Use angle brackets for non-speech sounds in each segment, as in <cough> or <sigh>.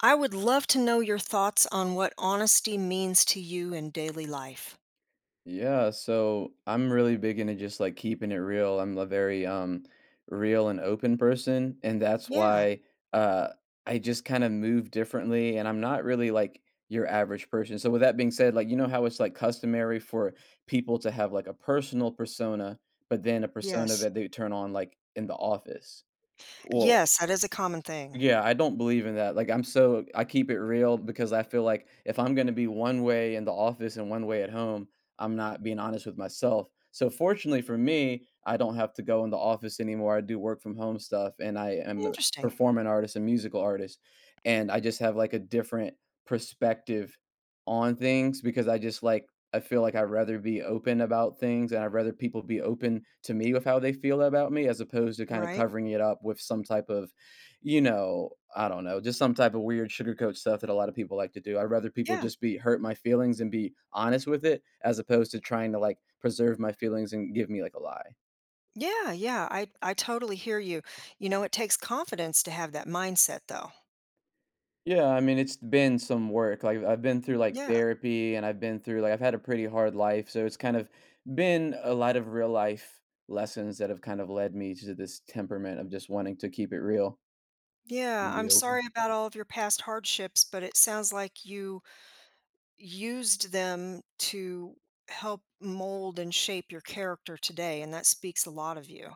I would love to know your thoughts on what honesty means to you in daily life. Yeah, so I'm really big into just like keeping it real. I'm a very real and open person, and that's Yeah. why uh I just kind of move differently and I'm not really like your average person. So with that being said, like you know how it's like customary for people to have like a personal persona, but then a persona Yes. that they turn on like in the office. Well, Yes, that is a common thing. yeah, I don't believe in that. Like, I keep it real because I feel like if I'm going to be one way in the office and one way at home, I'm not being honest with myself. So, fortunately for me, I don't have to go in the office anymore. I do work from home stuff and I am a Interesting, performing artist and musical artist. And I just have like a different perspective on things because I just like, I feel like I'd rather be open about things and I'd rather people be open to me with how they feel about me as opposed to kind of right? covering it up with some type of you know, I don't know, just some type of weird sugarcoat stuff that a lot of people like to do. I'd rather people Yeah. just be hurt my feelings and be honest with it as opposed to trying to, like, preserve my feelings and give me, like, a lie. Yeah, yeah, I totally hear you. You know, it takes confidence to have that mindset though. Yeah, I mean, it's been some work. Like, I've been through, like, <laughs> Yeah. therapy and I've been through like, I've had a pretty hard life, so it's kind of been a lot of real life lessons that have kind of led me to this temperament of just wanting to keep it real Yeah, and be I'm open. sorry about all of your past hardships, but it sounds like you used them to help mold and shape your character today, and that speaks a lot of you.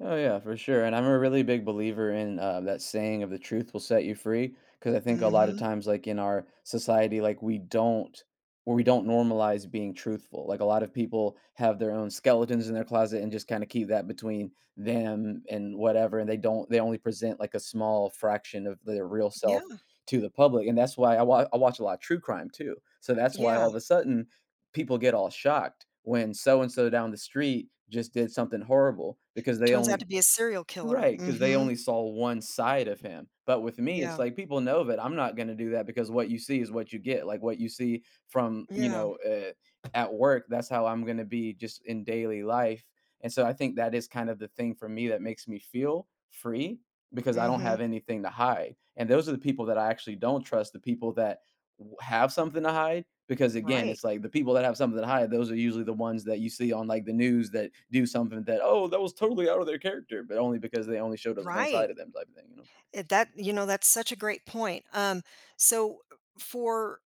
Oh yeah, for sure. And I'm a really big believer in that saying of the truth will set you free because I think a lot of Mhm. times, like in our society, like we don't where we don't normalize being truthful. Like a lot of people have their own skeletons in their closet and just kind of keep that between them and whatever, and they don't they only present like a small fraction of their real self Yeah. to the public. And that's why I watch a lot of true crime too. So that's why all Yeah. of a sudden people get all shocked when so and so down the street just did something horrible because they Turns out only to be a serial killer. Right, because they Mhm. only saw one side of him. But with me, it's Yeah. like people know that I'm not gonna do that because what you see is what you get. Like what you see from, Yeah. At work, that's how I'm gonna be just in daily life. And so I think that is kind of the thing for me that makes me feel free because I don't Mhm. have anything to hide. And those are the people that I actually don't trust, the people that have something to hide because again, Right. it's like the people that have something to hide, those are usually the ones that you see on like the news that do something that, oh, that was totally out of their character, but only because they only showed us one side Right. of them type of thing, That's such a great point. So for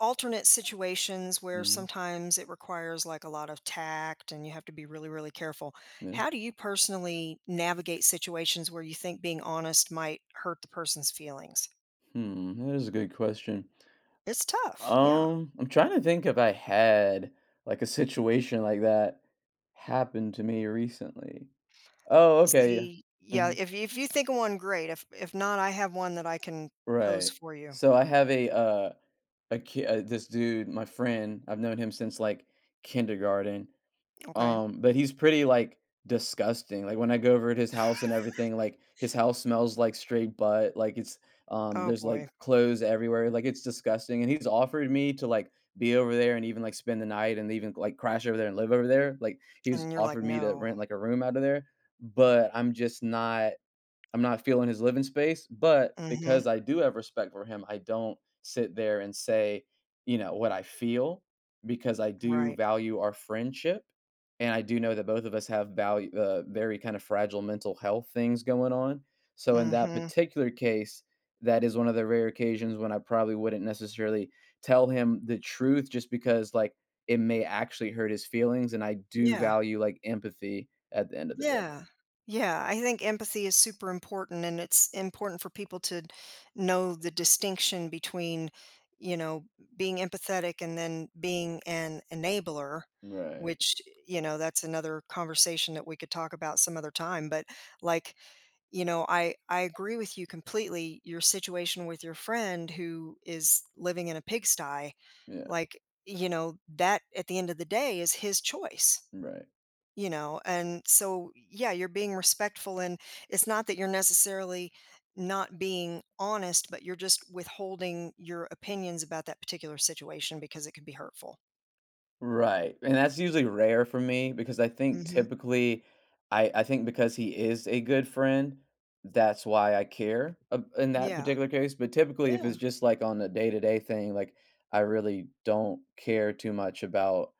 alternate situations you where know? sometimes it requires, like, a lot of tact and you have to be really, really careful, Mhm. Yeah. how do you personally navigate situations where you think being honest might hurt the person's feelings? Hmm. That is a good question. It's tough. Yeah. I'm trying to think if I had like a situation like that happen to me recently. Oh, okay. Yeah. See yeah, Mhm. if you think of one, great. If not, I have one that I can pose Right. for you. So I have a a kid, this dude, my friend. I've known him since like kindergarten. Okay. But he's pretty, like, disgusting, like, when I go over at his house and everything, like, his house smells like straight butt, like, it's, Oh, there's, like, boy. clothes everywhere, like, it's disgusting, and he's offered me to, like, be over there and even, like, spend the night and even, like, crash over there and live over there, like, he's And you're like, offered me to "No." rent, like, a room out of there, but I'm not feeling his living space, but Mhm. because I do have respect for him, I don't sit there and say, you know, what I feel because I do Right. value our friendship. And I do know that both of us have value, very kind of fragile mental health things going on. So in that Mhm. particular case, that is one of the rare occasions when I probably wouldn't necessarily tell him the truth just because like it may actually hurt his feelings. And I do Yeah. value like empathy at the end of the day. Yeah. Yeah, I think empathy is super important, and it's important for people to know the distinction between, you know, being empathetic and then being an enabler, Right. which, you know, that's another conversation that we could talk about some other time, but, like, you know, I agree with you completely. Your situation with your friend who is living in a pigsty, Yeah. like, you know, that at the end of the day is his choice, Right. you know. And so yeah, you're being respectful and it's not that you're necessarily not being honest, but you're just withholding your opinions about that particular situation because it could be hurtful. Right, and that's usually rare for me because I think Mhm. typically I think because he is a good friend, that's why I care ab in that Yeah. particular case, but typically, if Yeah. it's just, like, on a day-to-day thing, like, I really don't care too much about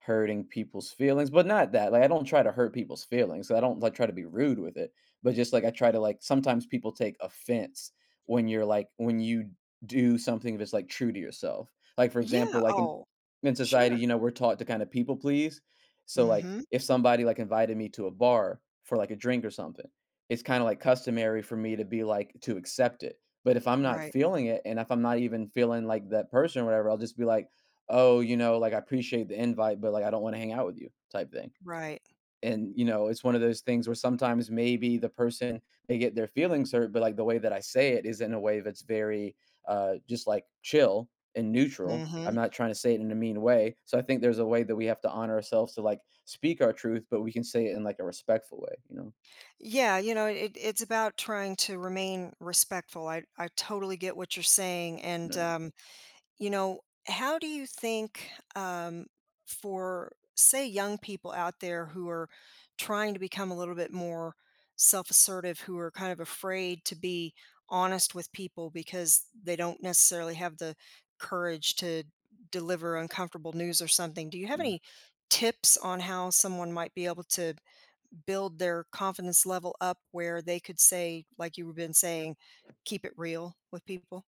hurting people's feelings, but not that, like, I don't try to hurt people's feelings, I don't, like, try to be rude with it, but just, like, I try to, like sometimes people take offense when you do something that's, like, true to yourself. Like, for example, Yeah. like, an Oh, in society, sure. you know, we're taught to kind of people please. So like Mhm. if somebody like invited me to a bar for like a drink or something, it's kind of like customary for me to be to accept it. But if I'm not Right. feeling it and if I'm not even feeling like that person or whatever, I'll just be like, "Oh, you know, like I appreciate the invite, but like I don't want to hang out with you," type thing. Right. And you know it's one of those things where sometimes maybe the person may get their feelings hurt but like the way that I say it is in a way that's very just like chill and neutral. I'm Mhm. not trying to say it in a mean way. So I think there's a way that we have to honor ourselves to like speak our truth, but we can say it in like a respectful way, you know? Yeah, you know, it's about trying to remain respectful. I totally get what you're saying. And, Yeah. You know, how do you think um, for, say, young people out there who are trying to become a little bit more self assertive, who are kind of afraid to be honest with people because they don't necessarily have the courage to deliver uncomfortable news or something? Do you have any tips on how someone might be able to build their confidence level up where they could say, like you've been saying, keep it real with people?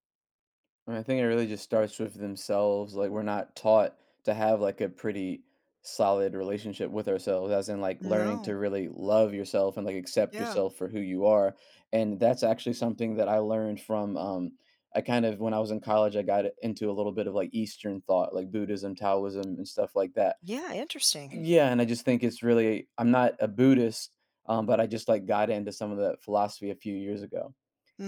I think it really just starts with themselves. Like we're not taught to have like a pretty solid relationship with ourselves, as in like learning No. to really love yourself and like accept Yeah. yourself for who you are. And that's actually something that I learned from I kind of when I was in college I got into a little bit of like Eastern thought, like Buddhism, Taoism and stuff like that. Yeah, interesting. Yeah, and I just think it's really I'm not a Buddhist, but I just like got into some of that philosophy a few years ago.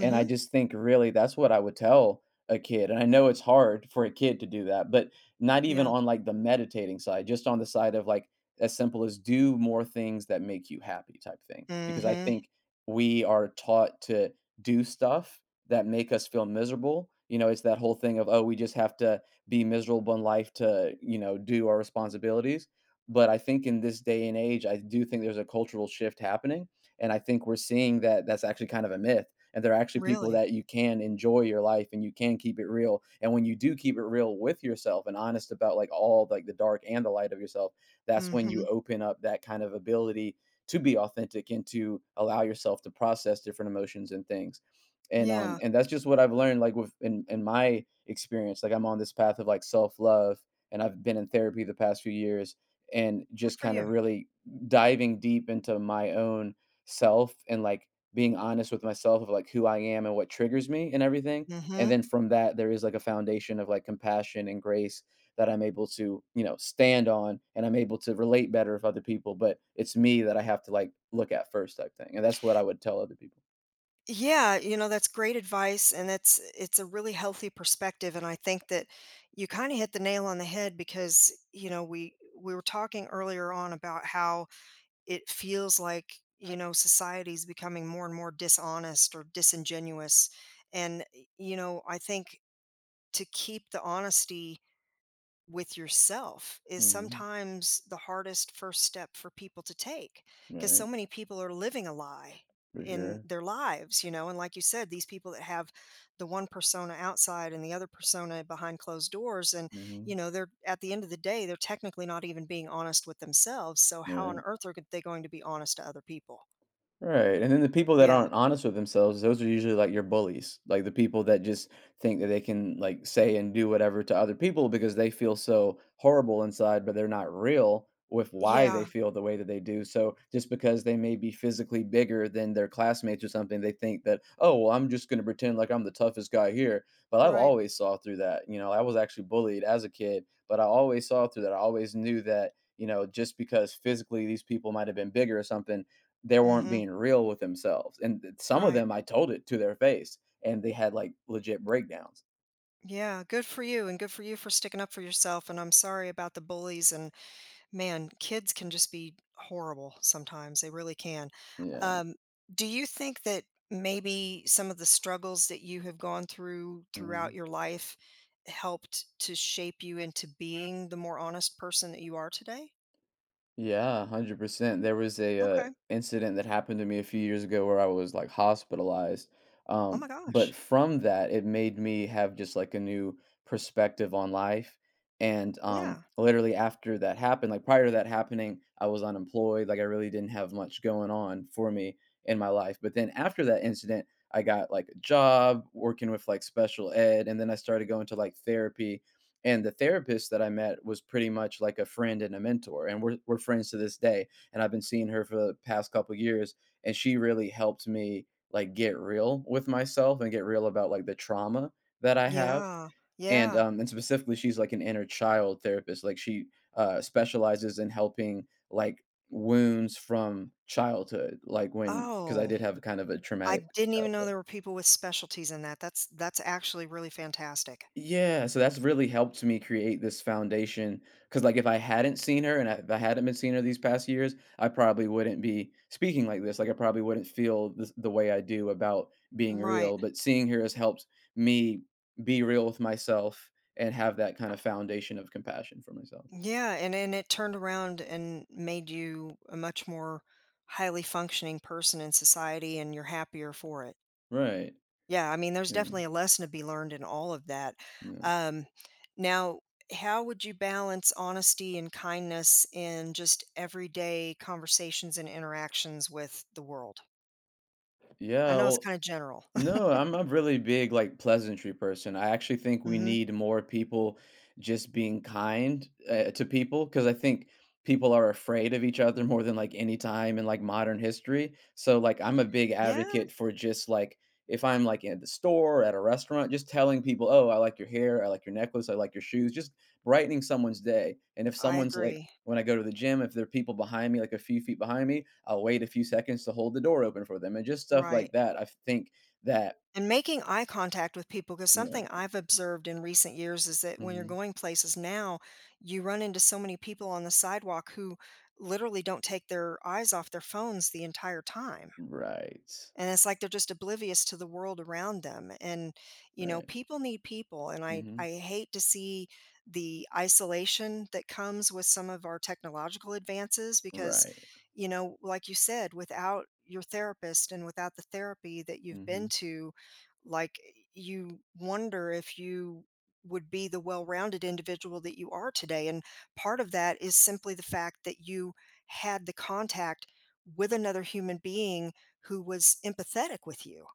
And I just think really that's what I would tell a kid, and I know it's hard for a kid to do that, but not even Yeah. on, like, the meditating side, just on the side of, like, as simple as do more things that make you happy type thing, because I Mhm. think we are taught to do stuff that make us feel miserable, you know, it's that whole thing of, "Oh, we just have to be miserable in life to, you know, do our responsibilities." But I think in this day and age, I do think there's a cultural shift happening, and I think we're seeing that that's actually kind of a myth and they're actually people Really? that you can enjoy your life and you can keep it real. And when you do keep it real with yourself and honest about like all like the dark and the light of yourself, that's when you Mhm. open up that kind of ability to be authentic and to allow yourself to process different emotions and things. And Yeah. and that's just what I've learned, like with in my experience, like I'm on this path of like self love and I've been in therapy the past few years and Good just for kind of you. really diving deep into my own self and like being honest with myself of like who I am and what triggers me and everything. And Mhm. then from that, there is like a foundation of like compassion and grace that I'm able to, you know, stand on and I'm able to relate better with other people. But it's me that I have to like look at first type thing. And that's what I would tell other people. Yeah, you know, that's great advice and that's it's a really healthy perspective and I think that you kind of hit the nail on the head because, you know, we were talking earlier on about how it feels like, you know, society is becoming more and more dishonest or disingenuous. And, you know, I think to keep the honesty with yourself is Hmm. sometimes the hardest first step for people to take because Right. so many people are living a lie For in sure. their lives, you know. And like you said, these people that have the one persona outside and the other persona behind closed doors, and you Hmm. know, they're at the end of the day, they're technically not even being honest with themselves. So, how on earth are they going to be honest to other people? Right, and then the people that Yeah. aren't honest with themselves, those are usually, like, your bullies, like, the people that just think that they can, like, say and do whatever to other people because they feel so horrible inside, but they're not real with why they Yeah. feel the way that they do, so just because they may be physically bigger than their classmates or something, they think that, "Oh, well, I'm just gonna pretend like I'm the toughest guy here," but I've Right. always saw through that, you know, I was actually bullied as a kid, but I always saw through that, I always knew that, you know, just because physically these people might have been bigger or something, they weren't Mm-hmm. being real with themselves, and th some of Right. them, I told it to their face, and they had, like, legit breakdowns. Yeah. Good for you. And good for you for sticking up for yourself. And I'm sorry about the bullies and man, kids can just be horrible sometimes. They really can. Yeah. Um, do you think that maybe some of the struggles that you have gone through throughout Mhm. your life helped to shape you into being the more honest person that you are today? Yeah, 100%. There was a Okay. incident that happened to me a few years ago where I was like hospitalized. Oh my But gosh. from that, it made me have just like a new perspective on life. And Yeah. literally after that happened, like prior to that happening, I was unemployed. Like I really didn't have much going on for me in my life. But then after that incident, I got like a job working with like special ed. And then I started going to like therapy, and the therapist that I met was pretty much like a friend and a mentor, and we're friends to this day. And I've been seeing her for the past couple years, and she really helped me like get real with myself and get real about like the trauma that I have. Yeah. Yeah. And specifically, she's like an inner child therapist. Like she specializes in helping like wounds from childhood, like when because I did Oh, have kind of a I traumatic didn't even know childhood. there were people with specialties in that. That's actually really fantastic. Yeah, so that's really helped me create this foundation. Because, like, if I hadn't seen her and I if I hadn't been seeing her these past years, I probably wouldn't be speaking like this, like, I probably wouldn't feel this the way I do about being Right. real, but seeing her has helped me be real with myself and have that kind of foundation of compassion for myself. Yeah, and it turned around and made you a much more highly functioning person in society, and you're happier for it. Right. Yeah, I mean, there's Yeah, definitely a lesson to be learned in all of that. yeah. Um, now, how would you balance honesty and kindness in just everyday conversations and interactions with the world? I Yeah, know it's well, kind of general. No, I'm a really big like pleasantry person. I actually think <laughs> we hmm need more people just being kind to people because I think people are afraid of each other more than like any time in like modern history. So like I'm a big Yeah, advocate for just like if I'm like at the store or at a restaurant, just telling people, "Oh, I like your hair, I like your necklace, I like your shoes," just brightening someone's day. And if I someone's like agree. when I go to the gym, if there are people behind me, like a few feet behind me, I'll wait a few seconds to hold the door open for them and just stuff like Right. that. I think that And making eye contact with people, because Right, something I've observed in recent years is that when you're mhm. going places now, you run into so many people on the sidewalk who literally don't take their eyes off their phones the entire time, Right, and it's like they're just oblivious to the world around them. And you know, right, people need people, and i mhm. i hate to see the isolation that comes with some of our technological advances. Because Right, you know, like you said, without your therapist and without the therapy that you've mhm. been to, like, you wonder if you would be the well-rounded individual that you are today. And part of that is simply the fact that you had the contact with another human being who was empathetic with you,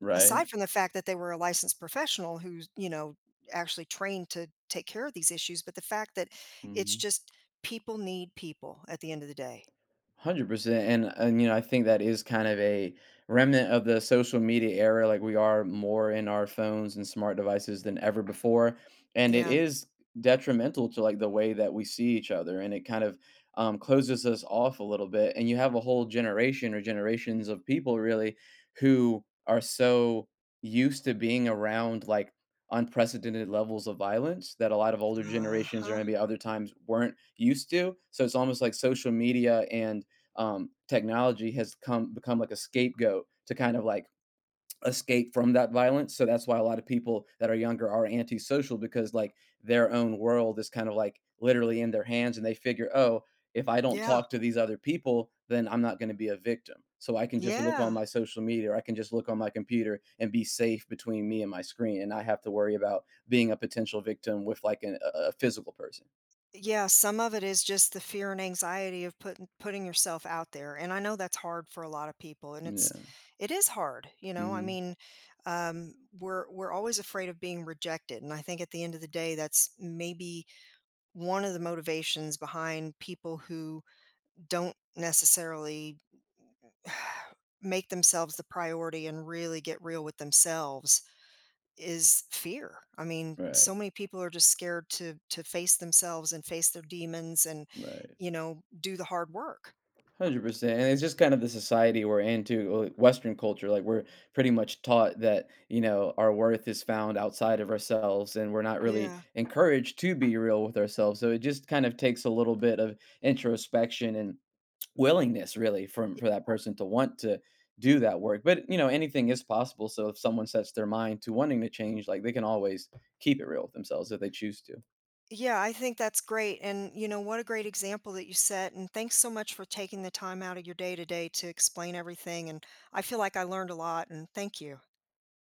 Right, aside from the fact that they were a licensed professional who's, you know, actually trained to take care of these issues. But the fact that it's mhm. just people need people at the end of the day. 100% and you know, I think that is kind of a remnant of the social media era, like we are more in our phones and smart devices than ever before, and it Yeah. is detrimental to like the way that we see each other, and it kind of closes us off a little bit, and you have a whole generation or generations of people really who are so used to being around like unprecedented levels of violence that a lot of older generations or Uh-huh. maybe other times weren't used to. So it's almost like social media and technology has come become like a scapegoat to kind of like escape from that violence. So that's why a lot of people that are younger are antisocial, because like their own world is kind of like literally in their hands, and they figure, oh, if I don't Yeah. talk to these other people, then I'm not going to be a victim. So I can just look on Yeah. my social media or I can just look on my computer and be safe between me and my screen, and I have to worry about being a potential victim with like an, a physical person. Yeah, some of it is just the fear and anxiety of putting yourself out there. And I know that's hard for a lot of people and it's Yeah. it is hard, you know? I Hmm. mean, um we're always afraid of being rejected, and I think at the end of the day that's maybe one of the motivations behind people who don't necessarily <sighs> make themselves the priority and really get real with themselves is fear. I mean, Right. so many people are just scared to face themselves and face their demons and Right. you know, do the hard work. 100%. And it's just kind of the society we're into, well, Western culture. Like, we're pretty much taught that, you know, our worth is found outside of ourselves, and we're not really Yeah. encouraged to be real with ourselves. So it just kind of takes a little bit of introspection and willingness, really, from Y- for that person to want to do that work. But, you know, anything is possible. So if someone sets their mind to wanting to change, like, they can always keep it real with themselves if they choose to. Yeah, I think that's great. And you know, what a great example that you set. And thanks so much for taking the time out of your day today to explain everything. And I feel like I learned a lot, and thank you.